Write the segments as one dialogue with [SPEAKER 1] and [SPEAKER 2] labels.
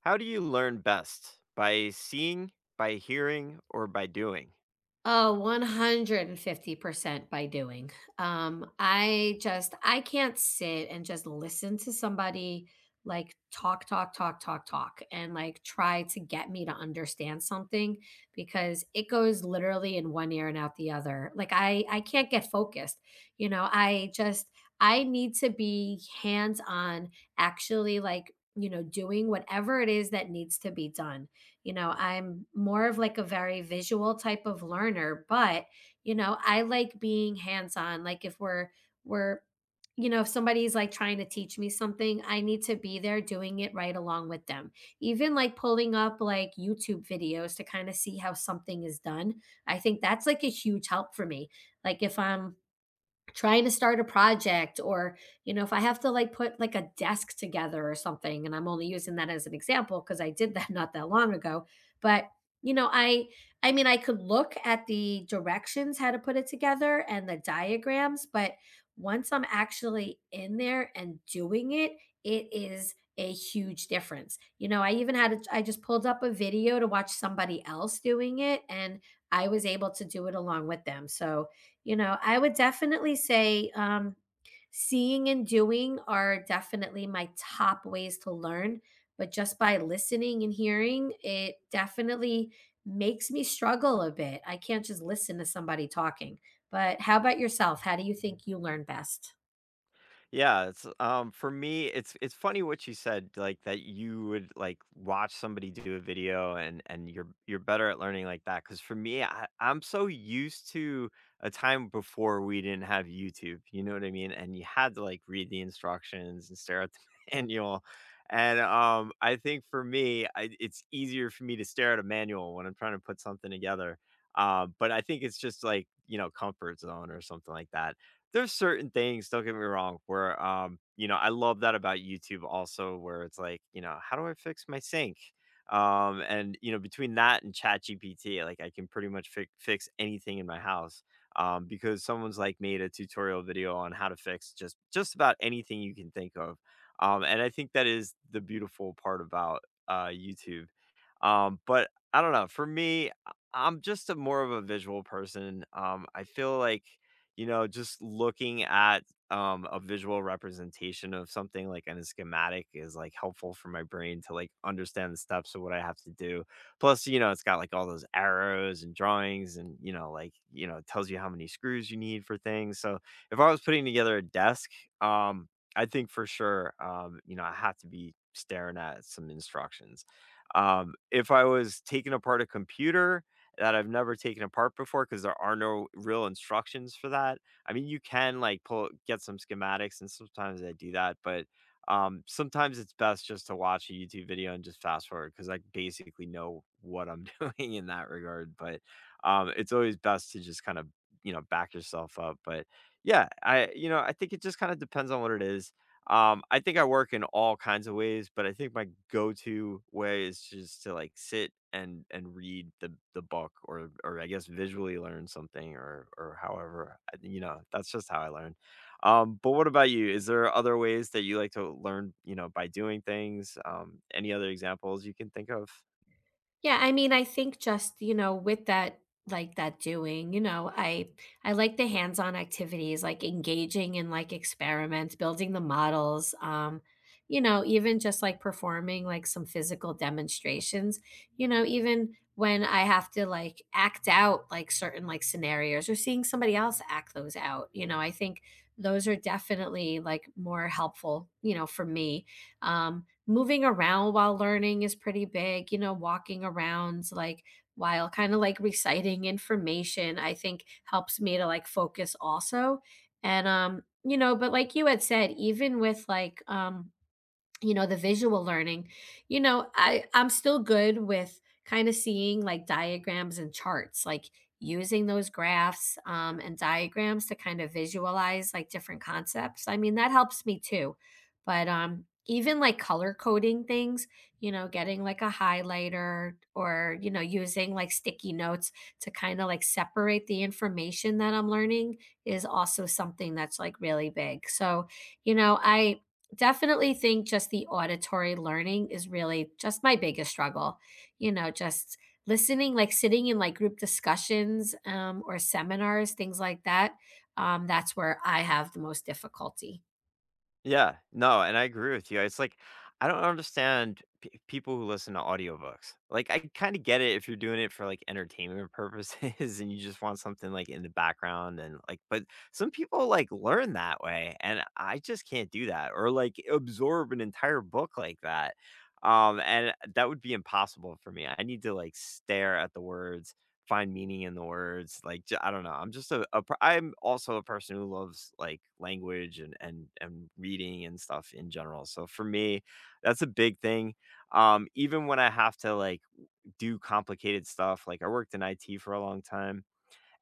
[SPEAKER 1] How do you learn best? By seeing, by hearing, or by doing?
[SPEAKER 2] Oh, 150% by doing. I just I can't sit and just listen to somebody like talk, talk, talk, talk, talk, and like try to get me to understand something because it goes literally in one ear and out the other. Like I can't get focused. You know, I just I need to be hands on, actually like, you know, doing whatever it is that needs to be done. You know, I'm more of like a very visual type of learner, but you know, I like being hands-on. Like if we're you know, if somebody's like trying to teach me something, I need to be there doing it right along with them. Even like pulling up like YouTube videos to kind of see how something is done. I think that's like a huge help for me. Like if I'm trying to start a project or you know if I have to like put like a desk together or something and I'm only using that as an example because I did that not that long ago, but you know I mean I could look at the directions how to put it together and the diagrams, but once I'm actually in there and doing it, it is a huge difference. You know, I even had a, I just pulled up a video to watch somebody else doing it and I was able to do it along with them. So you know, I would definitely say seeing and doing are definitely my top ways to learn. But just by listening and hearing, it definitely makes me struggle a bit. I can't just listen to somebody talking. But how about yourself? How do you think you learn best?
[SPEAKER 1] Yeah, it's for me it's funny what you said, like that you would like watch somebody do a video, and you're better at learning like that, cuz for me I'm so used to a time before we didn't have YouTube, you know what I mean? And you had to like read the instructions and stare at the manual. And I think for me it's easier for me to stare at a manual when I'm trying to put something together. But I think it's just like, you know, comfort zone or something like that. There's certain things, don't get me wrong, where you know, I love that about YouTube also, where it's like, you know, how do I fix my sink? And you know, between that and Chat GPT, like I can pretty much fix anything in my house. Because someone's like made a tutorial video on how to fix just about anything you can think of. And I think that is the beautiful part about YouTube. But I don't know. For me, I'm just a more of a visual person. I feel like, you know, just looking at a visual representation of something like in a schematic is like helpful for my brain to like understand the steps of what I have to do. Plus, you know, it's got like all those arrows and drawings, and you know, like, you know, it tells you how many screws you need for things. So if I was putting together a desk, um, I think for sure, you know, I have to be staring at some instructions, if I was taking apart a computer that I've never taken apart before, because there are no real instructions for that. I mean, you can like pull get some schematics, and sometimes I do that, but sometimes it's best just to watch a YouTube video and just fast forward, because I basically know what I'm doing in that regard. But it's always best to just kind of, you know, back yourself up. But yeah, I, you know, I think it just kind of depends on what it is. I think I work in all kinds of ways, but I think my go-to way is just to like sit and read the book, or I guess visually learn something, or however, you know, that's just how I learn. But what about you? Is there other ways that you like to learn, you know, by doing things? Any other examples you can think of?
[SPEAKER 2] Yeah, I mean, I think just, you know, with that like that doing, you know, I like the hands-on activities, like engaging in like experiments, building the models, you know, even just like performing like some physical demonstrations, you know, even when I have to like act out like certain like scenarios or seeing somebody else act those out, you know, I think those are definitely like more helpful, you know, for me. Moving around while learning is pretty big, you know, walking around like while kind of like reciting information, I think helps me to like focus also. And you know, but like you had said, even with like you know, the visual learning, you know, I'm still good with kind of seeing like diagrams and charts, like using those graphs and diagrams to kind of visualize like different concepts. I mean, that helps me too. But even like color coding things, you know, getting like a highlighter or, you know, using like sticky notes to kind of like separate the information that I'm learning is also something that's like really big. So, I definitely think just the auditory learning is really just my biggest struggle. You know, just listening, like sitting in like group discussions or seminars, things like that. That's where I have the most difficulty.
[SPEAKER 1] Yeah, no, and I agree with you. It's like I don't understand people who listen to audiobooks. Like I kind of get it if you're doing it for like entertainment purposes and you just want something like in the background and like, but some people like learn that way, and I just can't do that or like absorb an entire book like that. And that would be impossible for me. I need to like stare at the words, find meaning in the words, like, j I don't know, I'm just a per I'm also a person who loves, like, language and reading and stuff in general, so for me, that's a big thing, even when I have to, like, do complicated stuff, like, I worked in IT for a long time,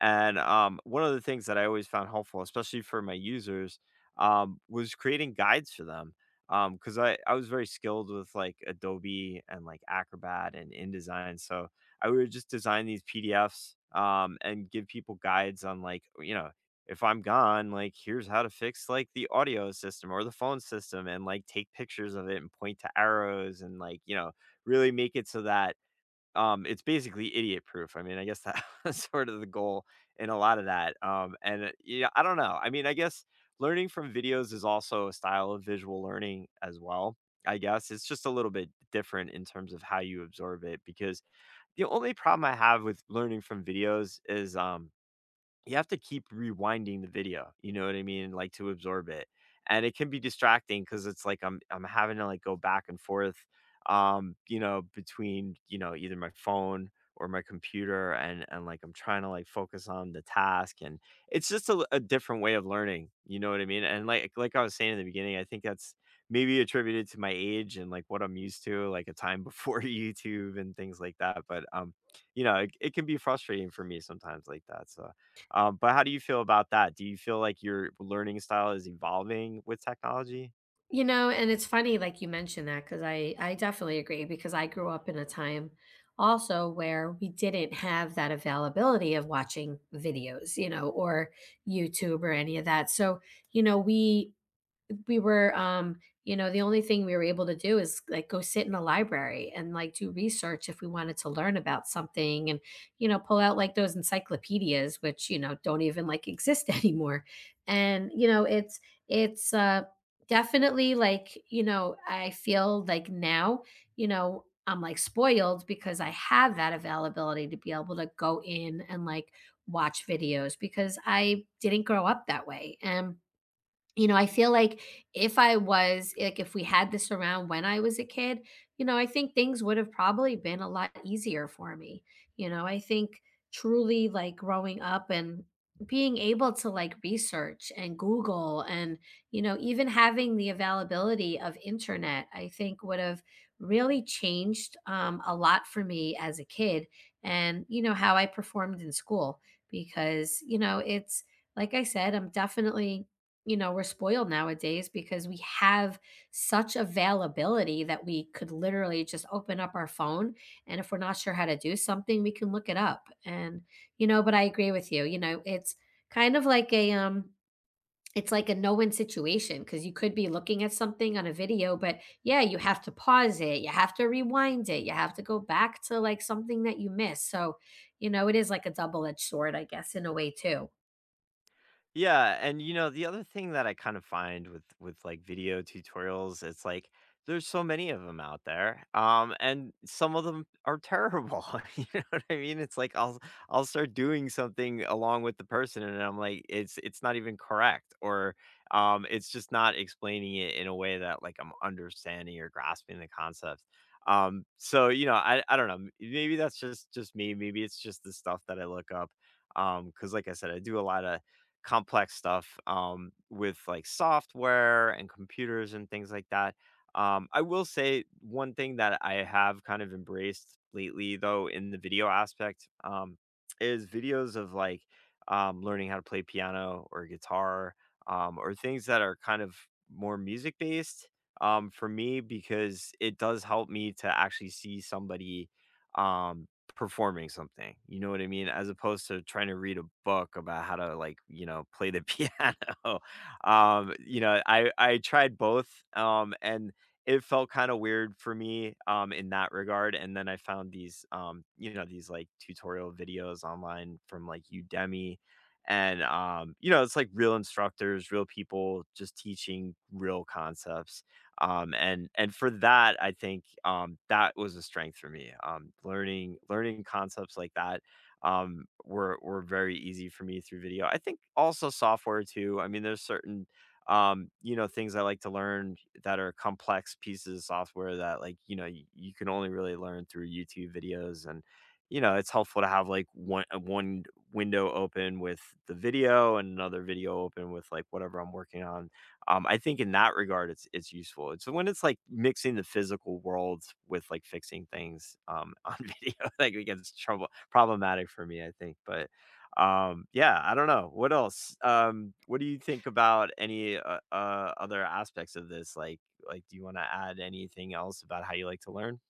[SPEAKER 1] and one of the things that I always found helpful, especially for my users, was creating guides for them. Because I was very skilled with like Adobe and like Acrobat and InDesign. So I would just design these PDFs, and give people guides on like, you know, if I'm gone, like here's how to fix like the audio system or the phone system, and like take pictures of it and point to arrows, and like, you know, really make it so that it's basically idiot proof. I mean, I guess that was sort of the goal in a lot of that. And yeah, I don't know. I mean, I guess learning from videos is also a style of visual learning as well. I guess it's just a little bit different in terms of how you absorb it, because the only problem I have with learning from videos is you have to keep rewinding the video, you know what I mean? Like to absorb it. And it can be distracting, because it's like I'm having to like go back and forth, you know, between, you know, either my phone or my computer, and like I'm trying to like focus on the task, and it's just a different way of learning, you know what I mean? And like I was saying in the beginning, I think that's maybe attributed to my age and like what I'm used to, like a time before YouTube and things like that. But you know, it can be frustrating for me sometimes like that. So but how do you feel about that? Do you feel like your learning style is evolving with technology?
[SPEAKER 2] You know, and it's funny, like you mentioned that, because I definitely agree because I grew up in a time also where we didn't have that availability of watching videos, you know, or YouTube or any of that. So, you know, we were you know the only thing we were able to do is like go sit in a library and like do research if we wanted to learn about something, and you know pull out like those encyclopedias which you know don't even like exist anymore. And you know it's definitely like you know I feel like now, you know I'm like spoiled because I have that availability to be able to go in and like watch videos because I didn't grow up that way. And you know, I feel like if I was like, if we had this around when I was a kid, you know, I think things would have probably been a lot easier for me. You know, I think truly like growing up and being able to like research and Google and, you know, even having the availability of internet, I think would have really changed a lot for me as a kid and, you know, how I performed in school because, you know, it's, like I said, I'm definitely you know, we're spoiled nowadays because we have such availability that we could literally just open up our phone. And if we're not sure how to do something, we can look it up. And, you know, but I agree with you. You know, it's kind of like a, it's like a no win situation because you could be looking at something on a video, but yeah, you have to pause it. You have to rewind it. You have to go back to like something that you missed. So, you know, it is like a double edged sword, I guess, in a way, too.
[SPEAKER 1] Yeah, and you know, the other thing that I kind of find with like video tutorials, it's like there's so many of them out there. And some of them are terrible. You know what I mean? It's like I'll start doing something along with the person, and I'm like, it's not even correct, or it's just not explaining it in a way that like I'm understanding or grasping the concept. So you know, I don't know, maybe that's just me, maybe it's just the stuff that I look up, cuz like I said, I do a lot of complex stuff, with like software and computers and things like that. I will say one thing that I have kind of embraced lately, though, in the video aspect, is videos of like learning how to play piano or guitar, or things that are kind of more music based, for me, because it does help me to actually see somebody. Um, Performing something, you know what I mean? As opposed to trying to read a book about how to, like, you know, play the piano. You know, I tried both, and it felt kind of weird for me, in that regard, and then I found these, you know, these like tutorial videos online from like Udemy, and, you know, it's like real instructors, real people just teaching real concepts, and for that, I think, that was a strength for me. Learning concepts like that, were very easy for me through video. I think also software too. I mean, there's certain, you know, things I like to learn that are complex pieces of software that like, you know, you can only really learn through YouTube videos. And you know, it's helpful to have like one window open with the video, and another video open with like whatever I'm working on, I think in that regard, it's useful. It's when it's like mixing the physical world with like fixing things, on video, like it gets trouble problematic for me, I think. But yeah, I don't know. What else? What do you think about any other aspects of this? Like, do you want to add anything else about how you like to learn?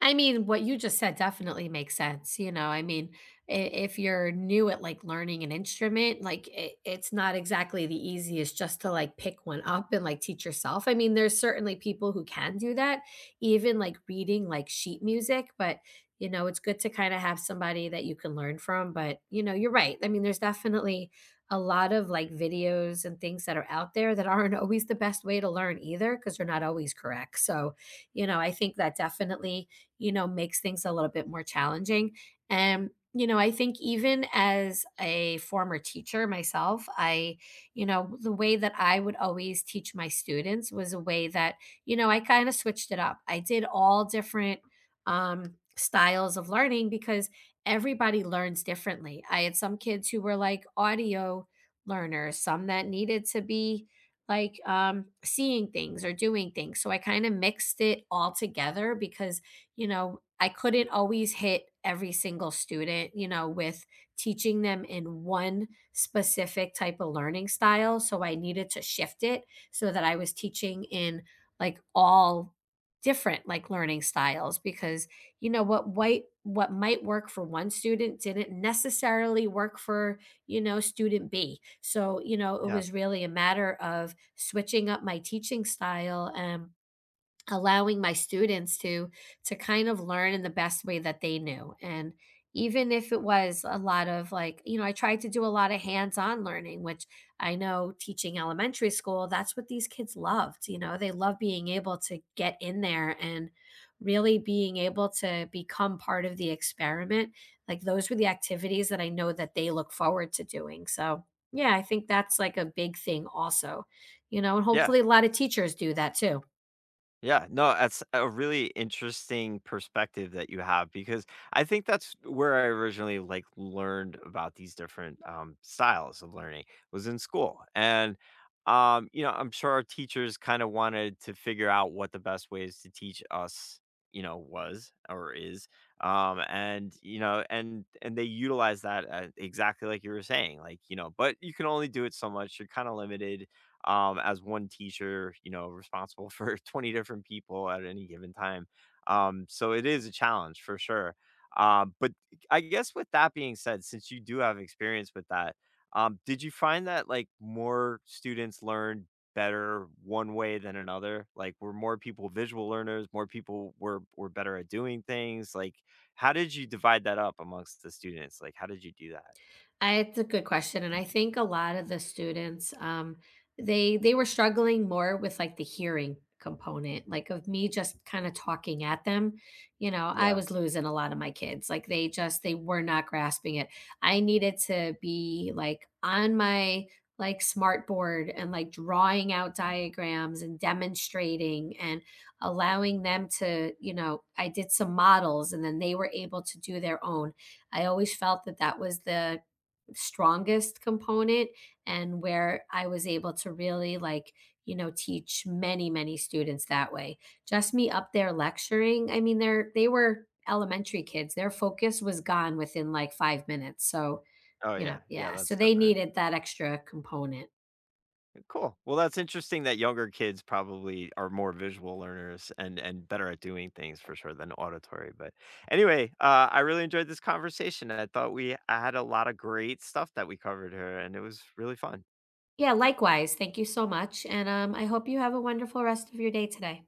[SPEAKER 2] I mean, what you just said definitely makes sense. You know, I mean, if you're new at like learning an instrument, like it's not exactly the easiest just to like pick one up and like teach yourself. I mean, there's certainly people who can do that, even like reading like sheet music, but you know, it's good to kind of have somebody that you can learn from. But you know, you're right. I mean, there's definitely a lot of like videos and things that are out there that aren't always the best way to learn either because they're not always correct. So, you know, I think that definitely you know, makes things a little bit more challenging. And, you know, I think even as a former teacher myself, you know, the way that I would always teach my students was a way that, you know, I kind of switched it up. I did all different styles of learning because everybody learns differently. I had some kids who were like audio learners, some that needed to be like seeing things or doing things. So I kind of mixed it all together because you know, I couldn't always hit every single student, you know, with teaching them in one specific type of learning style. So I needed to shift it so that I was teaching in like all different like learning styles because you know what white what might work for one student didn't necessarily work for you know student B. So, you know, it
[SPEAKER 1] Yeah,
[SPEAKER 2] was really a matter of switching up my teaching style and allowing my students to kind of learn in the best way that they knew, and even if it was a lot of like you know I tried to do a lot of hands-on learning which I know teaching elementary school that's what these kids loved. You know, they love being able to get in there and really being able to become part of the experiment. Like those were the activities that I know that they look forward to doing. So yeah, I think that's like a big thing also, you know, and
[SPEAKER 1] yeah.
[SPEAKER 2] hopefully a lot of teachers do that too.
[SPEAKER 1] Yeah, no, that's a really interesting perspective that you have, because I think that's where I originally like learned about these different, styles of learning was in school, and you know, I'm sure our teachers kind of wanted to figure out what the best ways to teach us, you know, was or is, and you know, and they utilize that, exactly like you were saying, like you know, but you can only do it so much. You're kind of limited, as one teacher, you know, responsible for 20 different people at any given time. So it is a challenge for sure. But I guess with that being said, since you do have experience with that, did you find that like more students learned better one way than another? Like were more people visual learners, more people were better at doing things? Like how did you divide that up amongst the students? Like how did you do that?
[SPEAKER 2] I it's a good question, and I think a lot of the students, they were struggling more with, like, the hearing component, like, of me just kinda talking at them. You know, I
[SPEAKER 1] Yeah.
[SPEAKER 2] was losing a lot of my kids, like, they just they were not grasping it. I needed to be, like, on my, like, smartboard and, like, drawing out diagrams and demonstrating and allowing them to you know, I did some models, and then they were able to do their own. I always felt that that was the strongest component and where I was able to really like, you know, teach many, many students that way. Just me up there lecturing, I mean, they were elementary kids. Their focus was gone within like 5 minutes. So,
[SPEAKER 1] Oh
[SPEAKER 2] you know,
[SPEAKER 1] yeah. Yeah,
[SPEAKER 2] yeah. So
[SPEAKER 1] that's
[SPEAKER 2] they
[SPEAKER 1] different.
[SPEAKER 2] needed that extra component.
[SPEAKER 1] Cool. Well, that's interesting that younger kids probably are more visual learners and better at doing things for sure than auditory. But anyway, I really enjoyed this conversation. I thought we had a lot of great stuff that we covered here, and it was really fun. Thank
[SPEAKER 2] Yeah, likewise. Thank you so much. And I hope you have a wonderful rest of your day today.